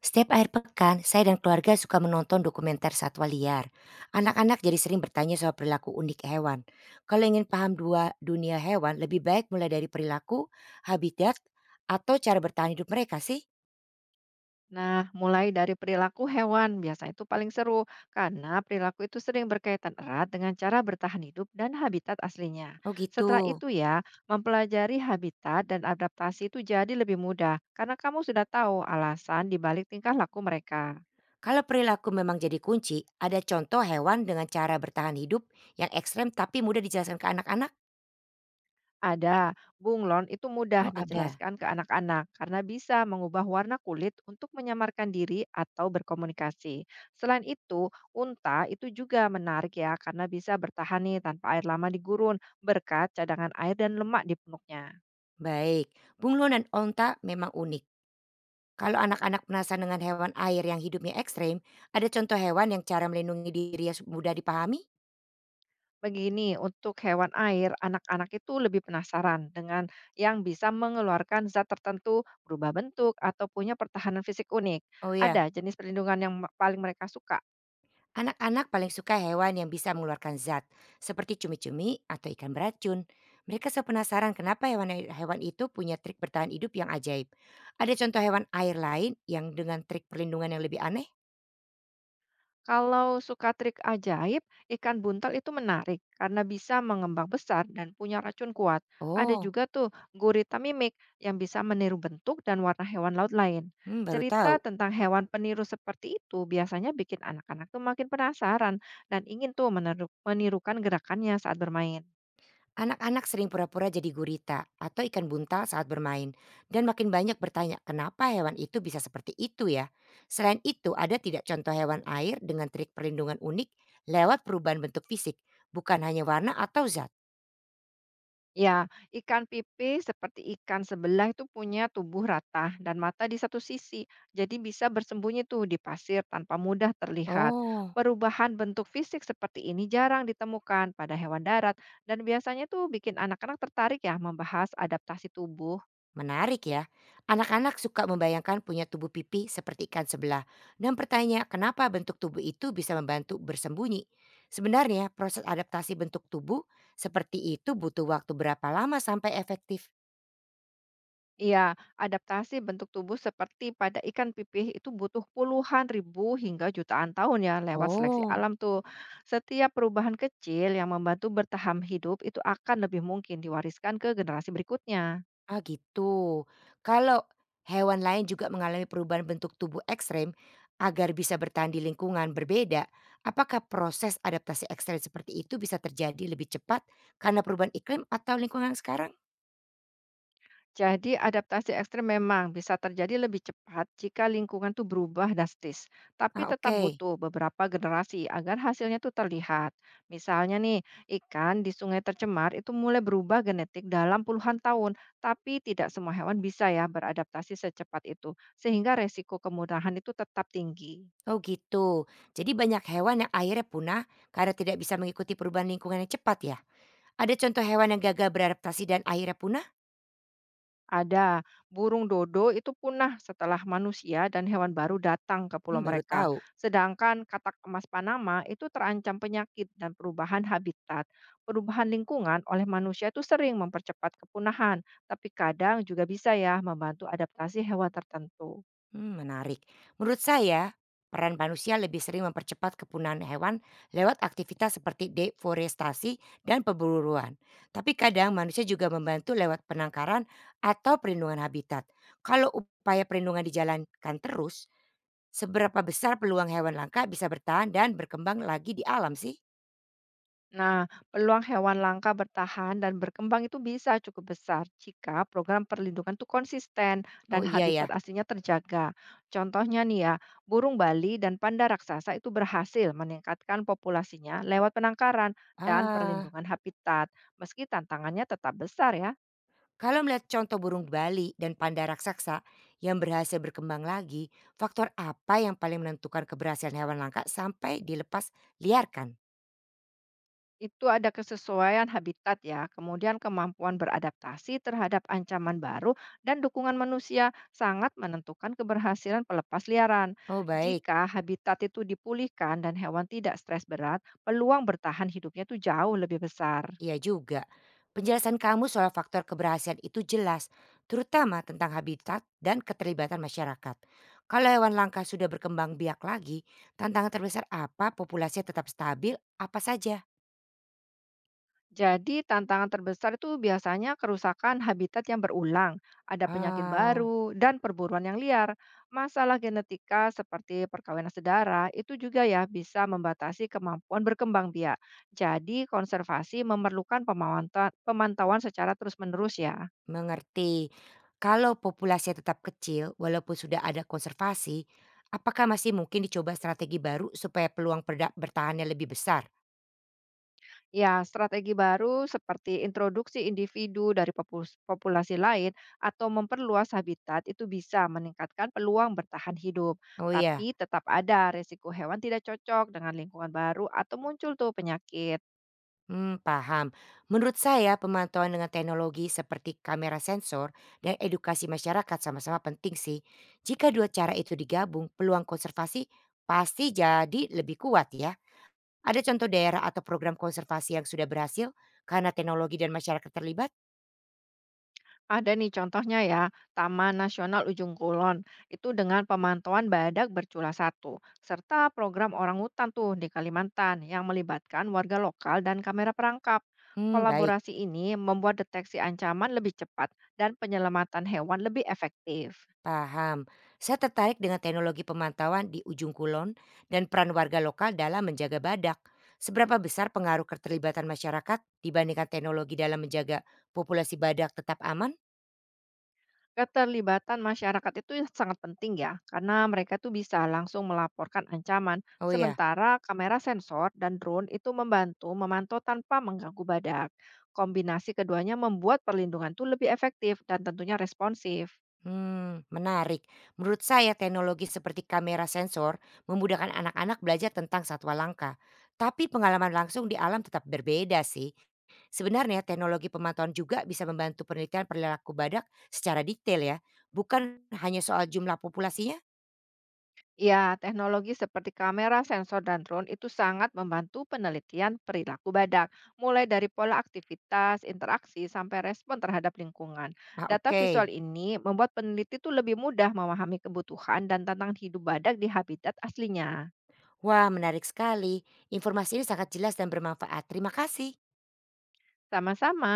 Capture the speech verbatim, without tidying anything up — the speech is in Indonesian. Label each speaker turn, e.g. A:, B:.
A: Setiap akhir pekan, saya dan keluarga suka menonton dokumenter satwa liar. Anak-anak jadi sering bertanya soal perilaku unik hewan. Kalau ingin paham dua dunia hewan, lebih baik mulai dari perilaku, habitat, atau cara bertahan hidup mereka sih.
B: Nah, mulai dari perilaku hewan, biasanya itu paling seru karena perilaku itu sering berkaitan erat dengan cara bertahan hidup dan habitat aslinya.
A: Oh gitu.
B: Setelah itu ya, mempelajari habitat dan adaptasi itu jadi lebih mudah karena kamu sudah tahu alasan dibalik tingkah laku mereka.
A: Kalau perilaku memang jadi kunci, ada contoh hewan dengan cara bertahan hidup yang ekstrem tapi mudah dijelaskan ke anak-anak?
B: Ada, bunglon itu mudah
A: Oh ada.
B: dijelaskan ke anak-anak karena bisa mengubah warna kulit untuk menyamarkan diri atau berkomunikasi. Selain itu, unta itu juga menarik ya karena bisa bertahan nih tanpa air lama di gurun berkat cadangan air dan lemak di punuknya.
A: Baik, bunglon dan onta memang unik. Kalau anak-anak penasaran dengan hewan air yang hidupnya ekstrem, ada contoh hewan yang cara melindungi dirinya su- mudah dipahami?
B: Begini, untuk hewan air, anak-anak itu lebih penasaran dengan yang bisa mengeluarkan zat tertentu, berubah bentuk, atau punya pertahanan fisik unik.
A: Oh
B: Ada
A: ya,
B: jenis perlindungan yang paling mereka suka.
A: anak-anak paling suka hewan yang bisa mengeluarkan zat, seperti cumi-cumi atau ikan beracun. Mereka selalu penasaran kenapa hewan-hewan itu punya trik bertahan hidup yang ajaib. Ada contoh hewan air lain yang dengan trik perlindungan yang lebih aneh?
B: Kalau suka trik ajaib, ikan buntal itu menarik karena bisa mengembang besar dan punya racun kuat. Ada
A: Oh,
B: juga tuh gurita mimik yang bisa meniru bentuk dan warna hewan laut lain.
A: hmm, baru
B: Cerita
A: tahu.
B: tentang hewan peniru seperti itu biasanya bikin anak-anak tuh makin penasaran dan ingin tuh meneru- menirukan gerakannya saat bermain.
A: Anak-anak sering pura-pura jadi gurita atau ikan buntal saat bermain dan makin banyak bertanya kenapa hewan itu bisa seperti itu ya. Selain itu ada tidak contoh hewan air dengan trik perlindungan unik lewat perubahan bentuk fisik bukan hanya warna atau zat.
B: Ya, ikan pipih seperti ikan sebelah itu punya tubuh rata dan mata di satu sisi, jadi bisa bersembunyi tuh di pasir tanpa mudah terlihat.
A: Oh,
B: Perubahan bentuk fisik seperti ini jarang ditemukan pada hewan darat dan biasanya tuh bikin anak-anak tertarik ya membahas adaptasi tubuh.
A: menarik ya. Anak-anak suka membayangkan punya tubuh pipi seperti ikan sebelah dan bertanya kenapa bentuk tubuh itu bisa membantu bersembunyi. Sebenarnya proses adaptasi bentuk tubuh seperti itu butuh waktu berapa lama sampai efektif?
B: Iya, adaptasi bentuk tubuh seperti pada ikan pipih itu butuh puluhan ribu hingga jutaan tahun ya lewat seleksi
A: Oh,
B: alam tuh. Setiap perubahan kecil yang membantu bertahan hidup itu akan lebih mungkin diwariskan ke generasi berikutnya.
A: ah gitu. Kalau hewan lain juga mengalami perubahan bentuk tubuh ekstrem agar bisa bertahan di lingkungan berbeda, apakah proses adaptasi ekstrem seperti itu bisa terjadi lebih cepat karena perubahan iklim atau lingkungan sekarang?
B: Jadi adaptasi ekstrim memang bisa terjadi lebih cepat jika lingkungan tuh berubah drastis, tapi
A: Ah,
B: tetap
A: oke.
B: butuh beberapa generasi agar hasilnya tuh terlihat. Misalnya nih, ikan di sungai tercemar itu mulai berubah genetik dalam puluhan tahun, tapi tidak semua hewan bisa ya beradaptasi secepat itu, sehingga resiko kemudahan itu tetap tinggi.
A: Oh gitu. Jadi banyak hewan yang akhirnya punah karena tidak bisa mengikuti perubahan lingkungan yang cepat ya. Ada contoh hewan yang gagal beradaptasi dan akhirnya punah?
B: Ada burung dodo itu punah setelah manusia dan hewan baru datang ke pulau
A: Hmm, baru
B: mereka.
A: tahu.
B: Sedangkan katak emas Panama itu terancam penyakit dan perubahan habitat. Perubahan lingkungan oleh manusia itu sering mempercepat kepunahan, tapi kadang juga bisa ya membantu adaptasi hewan tertentu.
A: Hmm, menarik. Menurut saya, peran manusia lebih sering mempercepat kepunahan hewan lewat aktivitas seperti deforestasi dan perburuan. Tapi kadang manusia juga membantu lewat penangkaran atau perlindungan habitat. Kalau upaya perlindungan dijalankan terus, seberapa besar peluang hewan langka bisa bertahan dan berkembang lagi di alam sih?
B: Nah, peluang hewan langka bertahan dan berkembang itu bisa cukup besar jika program perlindungan itu konsisten dan
A: Oh iya
B: habitat
A: ya.
B: aslinya terjaga. Contohnya nih ya, burung Bali dan panda raksasa itu berhasil meningkatkan populasinya lewat penangkaran dan
A: Ah.
B: perlindungan habitat, meski tantangannya tetap besar ya.
A: Kalau melihat contoh burung Bali dan panda raksasa yang berhasil berkembang lagi, faktor apa yang paling menentukan keberhasilan hewan langka sampai dilepas liarkan?
B: Itu ada kesesuaian habitat ya, kemudian kemampuan beradaptasi terhadap ancaman baru dan dukungan manusia sangat menentukan keberhasilan pelepas liaran.
A: Oh baik,
B: Jika habitat itu dipulihkan dan hewan tidak stres berat, peluang bertahan hidupnya itu jauh lebih besar.
A: iya juga. Penjelasan kamu soal faktor keberhasilan itu jelas, terutama tentang habitat dan keterlibatan masyarakat. Kalau hewan langka sudah berkembang biak lagi, tantangan terbesar apa populasinya tetap stabil, apa saja?
B: Jadi tantangan terbesar itu biasanya kerusakan habitat yang berulang, ada penyakit
A: Ah.
B: baru, dan perburuan yang liar. Masalah genetika seperti perkawinan sedara itu juga ya bisa membatasi kemampuan berkembang biak. Jadi konservasi memerlukan pemantauan, pemantauan secara terus-menerus ya.
A: Mengerti. Kalau populasinya tetap kecil walaupun sudah ada konservasi, apakah masih mungkin dicoba strategi baru supaya peluang perda bertahannya lebih besar?
B: Ya, strategi baru seperti introduksi individu dari popus- populasi lain atau memperluas habitat itu bisa meningkatkan peluang bertahan hidup.
A: Oh iya,
B: Tapi tetap ada resiko hewan tidak cocok dengan lingkungan baru atau muncul tuh penyakit.
A: hmm, paham. Menurut saya pemantauan dengan teknologi seperti kamera sensor dan edukasi masyarakat sama-sama penting sih. Jika dua cara itu digabung, peluang konservasi pasti jadi lebih kuat ya. Ada contoh daerah atau program konservasi yang sudah berhasil karena teknologi dan masyarakat terlibat?
B: Ada nih contohnya ya, Taman Nasional Ujung Kulon itu dengan pemantauan badak bercula satu, serta program orang hutan tuh di Kalimantan yang melibatkan warga lokal dan kamera perangkap.
A: Hmm, baik.
B: Kolaborasi ini membuat deteksi ancaman lebih cepat dan penyelamatan hewan lebih efektif.
A: Paham. Saya tertarik dengan teknologi pemantauan di Ujung Kulon dan peran warga lokal dalam menjaga badak. Seberapa besar pengaruh keterlibatan masyarakat dibandingkan teknologi dalam menjaga populasi badak tetap aman?
B: Keterlibatan masyarakat itu sangat penting ya, karena mereka tuh bisa langsung melaporkan ancaman.
A: Oh ya.
B: Sementara kamera sensor dan drone itu membantu memantau tanpa mengganggu badak. Kombinasi keduanya membuat perlindungan tuh lebih efektif dan tentunya responsif.
A: Hmm, menarik. Menurut saya teknologi seperti kamera sensor memudahkan anak-anak belajar tentang satwa langka. Tapi pengalaman langsung di alam tetap berbeda sih. Sebenarnya teknologi pemantauan juga bisa membantu penelitian perilaku badak secara detail ya. Bukan hanya soal jumlah populasinya.
B: Ya, teknologi seperti kamera, sensor, dan drone itu sangat membantu penelitian perilaku badak, mulai dari pola aktivitas, interaksi, sampai respon terhadap lingkungan.
A: Ah,
B: Data
A: oke.
B: visual ini membuat peneliti itu lebih mudah memahami kebutuhan dan tantangan hidup badak di habitat aslinya.
A: Wah, menarik sekali. Informasi ini sangat jelas dan bermanfaat. Terima kasih.
B: Sama-sama.